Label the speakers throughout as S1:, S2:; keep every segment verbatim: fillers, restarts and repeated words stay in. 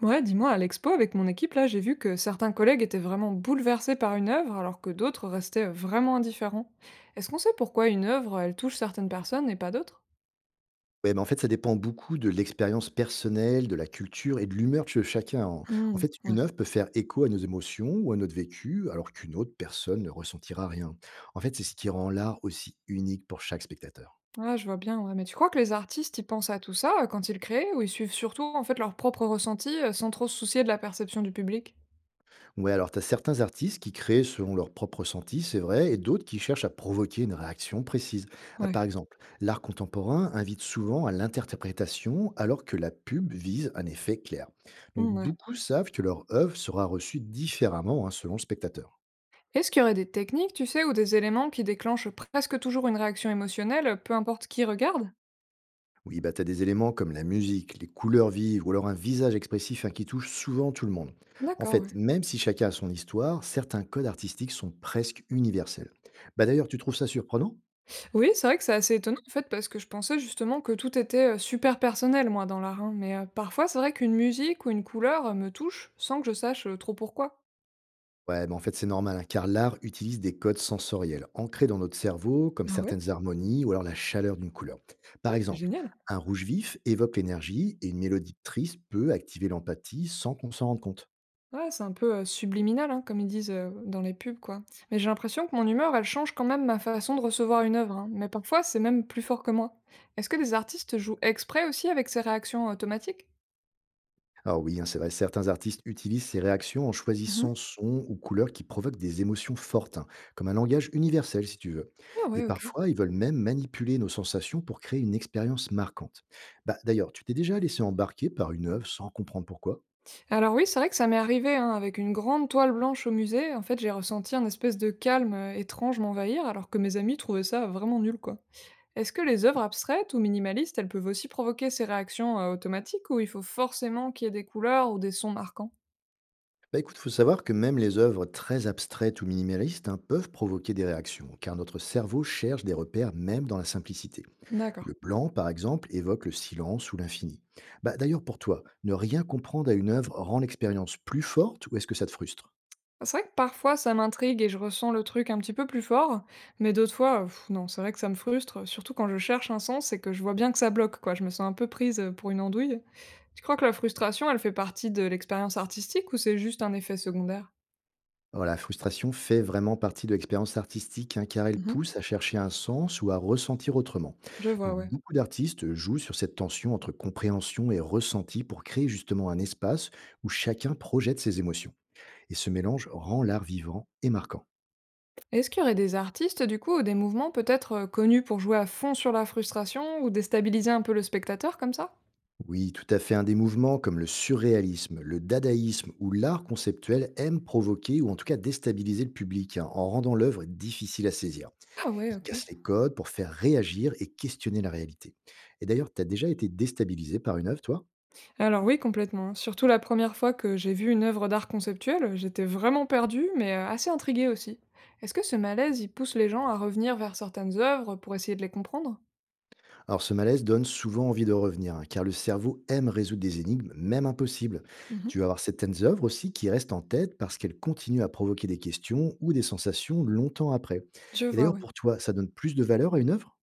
S1: Ouais, dis-moi, à l'expo, avec mon équipe, là, j'ai vu que certains collègues étaient vraiment bouleversés par une œuvre, alors que d'autres restaient euh, vraiment indifférents. Est-ce qu'on sait pourquoi une œuvre, elle touche certaines personnes et pas d'autres?
S2: Ouais, mais en fait, ça dépend beaucoup de l'expérience personnelle, de la culture et de l'humeur de chacun. En en
S1: Hmm,
S2: fait, une
S1: ouais.
S2: œuvre peut faire écho à nos émotions ou à notre vécu, alors qu'une autre personne ne ressentira rien. En fait, c'est ce qui rend l'art aussi unique pour chaque spectateur.
S1: Ah, je vois bien, ouais. Mais tu crois que les artistes, ils pensent à tout ça euh, quand ils créent, ou ils suivent surtout, en fait, leur propre ressenti, euh, sans trop se soucier de la perception du public?
S2: Ouais, alors tu as certains artistes qui créent selon leur propre ressenti, c'est vrai, et d'autres qui cherchent à provoquer une réaction précise. Ah, par
S1: Ouais.
S2: exemple, l'art contemporain invite souvent à l'interprétation, alors que la pub vise un effet clair. Donc,
S1: Hmm, ouais.
S2: beaucoup savent que leur œuvre sera reçue différemment, hein, selon le spectateur.
S1: Est-ce qu'il y aurait des techniques, tu sais, ou des éléments qui déclenchent presque toujours une réaction émotionnelle, peu importe qui regarde?
S2: Oui, bah, tu as des éléments comme la musique, les couleurs vives ou alors un visage expressif, hein, qui touche souvent tout le monde. En
S1: D'accord,
S2: fait,
S1: ouais.
S2: même si chacun a son histoire, certains codes artistiques sont presque universels. Bah, d'ailleurs, tu trouves ça surprenant?
S1: Oui, c'est vrai que c'est assez étonnant en fait parce que je pensais justement que tout était, heu, super personnel moi dans l'art, hein, mais, heu, parfois c'est vrai qu'une musique ou une couleur, heu, me touche sans que je sache, heu, trop pourquoi.
S2: Ouais, mais en fait, c'est normal, hein, car l'art utilise des codes sensoriels ancrés dans notre cerveau, comme
S1: Ah ouais?
S2: certaines harmonies ou alors la chaleur d'une couleur. Par
S1: Oh, c'est
S2: exemple,
S1: génial!
S2: un rouge vif évoque l'énergie et une mélodie triste peut activer l'empathie sans qu'on s'en rende compte.
S1: Ouais, c'est un peu, heu, subliminal, hein, comme ils disent, heu, dans les pubs, quoi. Mais j'ai l'impression que mon humeur, elle change quand même ma façon de recevoir une œuvre, hein, mais parfois c'est même plus fort que moi. Est-ce que les artistes jouent exprès aussi avec ces réactions automatiques?
S2: Alors oui, hein, c'est vrai, certains artistes utilisent ces réactions en
S1: Mmh.
S2: choisissant sons ou couleurs qui provoquent des émotions fortes, hein, comme un langage universel si tu veux.
S1: Ah
S2: Et
S1: ouais, OK.
S2: parfois, ils veulent même manipuler nos sensations pour créer une expérience marquante. Bah, d'ailleurs, tu t'es déjà laissé embarquer par une œuvre sans comprendre pourquoi?
S1: Alors oui, c'est vrai que ça m'est arrivé, hein, avec une grande toile blanche au musée. En fait, j'ai ressenti un espèce de calme euh, étrange m'envahir, alors que mes amis trouvaient ça vraiment nul, quoi. Est-ce que les œuvres abstraites ou minimalistes, elles peuvent aussi provoquer ces réactions euh, automatiques, ou il faut forcément qu'il y ait des couleurs ou des sons marquants?
S2: Bah écoute, faut savoir que même les œuvres très abstraites ou minimalistes, hein, peuvent provoquer des réactions, car notre cerveau cherche des repères même dans la simplicité.
S1: D'accord.
S2: Le plan, par exemple, évoque le silence ou l'infini. Bah, d'ailleurs, pour toi, ne rien comprendre à une œuvre rend l'expérience plus forte ou est-ce que ça te frustre?
S1: C'est vrai que parfois ça m'intrigue et je ressens le truc un petit peu plus fort, mais d'autres fois, euh, pff, non, c'est vrai que ça me frustre, surtout quand je cherche un sens et que je vois bien que ça bloque, quoi. Je me sens un peu prise euh, pour une andouille. Tu crois que la frustration, elle fait partie de l'expérience artistique ou c'est juste un effet secondaire?
S2: Alors, la frustration fait vraiment partie de l'expérience artistique, hein, car elle
S1: Mhm.
S2: pousse à chercher un sens ou à ressentir autrement.
S1: Je vois,
S2: Donc,
S1: ouais.
S2: beaucoup d'artistes jouent sur cette tension entre compréhension et ressenti pour créer justement un espace où chacun projette ses émotions. Et ce mélange rend l'art vivant et marquant.
S1: Est-ce qu'il y aurait des artistes, du coup, ou des mouvements peut-être euh, connus pour jouer à fond sur la frustration ou déstabiliser un peu le spectateur comme ça?
S2: Oui, tout à fait. Un des mouvements comme le surréalisme, le dadaïsme ou l'art conceptuel aime provoquer ou en tout cas déstabiliser le public, hein, en rendant l'œuvre difficile à saisir.
S1: Ah ouais,
S2: Ils
S1: ok.
S2: cassent les codes pour faire réagir et questionner la réalité. Et d'ailleurs, tu as déjà été déstabilisé par une œuvre, toi?
S1: Alors oui, complètement. Surtout la première fois que j'ai vu une œuvre d'art conceptuel, j'étais vraiment perdue, mais euh, assez intriguée aussi. Est-ce que ce malaise, il pousse les gens à revenir vers certaines œuvres pour essayer de les comprendre?
S2: Alors ce malaise donne souvent envie de revenir, hein, car le cerveau aime résoudre des énigmes, même impossibles.
S1: Mhm.
S2: Tu vas avoir certaines œuvres aussi qui restent en tête parce qu'elles continuent à provoquer des questions ou des sensations longtemps après.
S1: Je
S2: Et
S1: vois,
S2: d'ailleurs,
S1: ouais.
S2: pour toi, ça donne plus de valeur à une œuvre?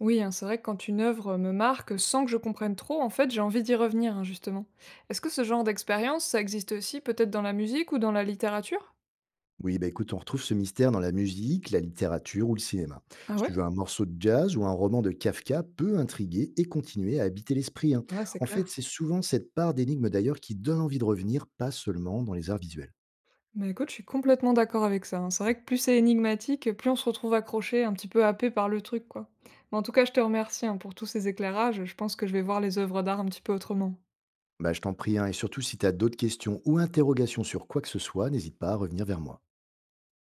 S1: Oui, hein, c'est vrai que quand une œuvre me marque sans que je comprenne trop, en fait, j'ai envie d'y revenir, hein, justement. Est-ce que ce genre d'expérience, ça existe aussi peut-être dans la musique ou dans la littérature?
S2: Oui, bah, écoute, on retrouve ce mystère dans la musique, la littérature ou le cinéma.
S1: Ah
S2: Si tu
S1: ouais?
S2: veux, un morceau de jazz ou un roman de Kafka peut intriguer et continuer à habiter l'esprit, hein.
S1: Ouais, c'est
S2: En
S1: clair.
S2: fait, c'est souvent cette part d'énigme d'ailleurs qui donne envie de revenir, pas seulement dans les arts visuels.
S1: Bah, écoute, je suis complètement d'accord avec ça, hein. C'est vrai que plus c'est énigmatique, plus on se retrouve accroché, un petit peu happé par le truc, quoi. Mais en tout cas, je te remercie, hein, pour tous ces éclairages. Je pense que je vais voir les œuvres d'art un petit peu autrement.
S2: Bah, je t'en prie, hein, et surtout si tu as d'autres questions ou interrogations sur quoi que ce soit, n'hésite pas à revenir vers moi.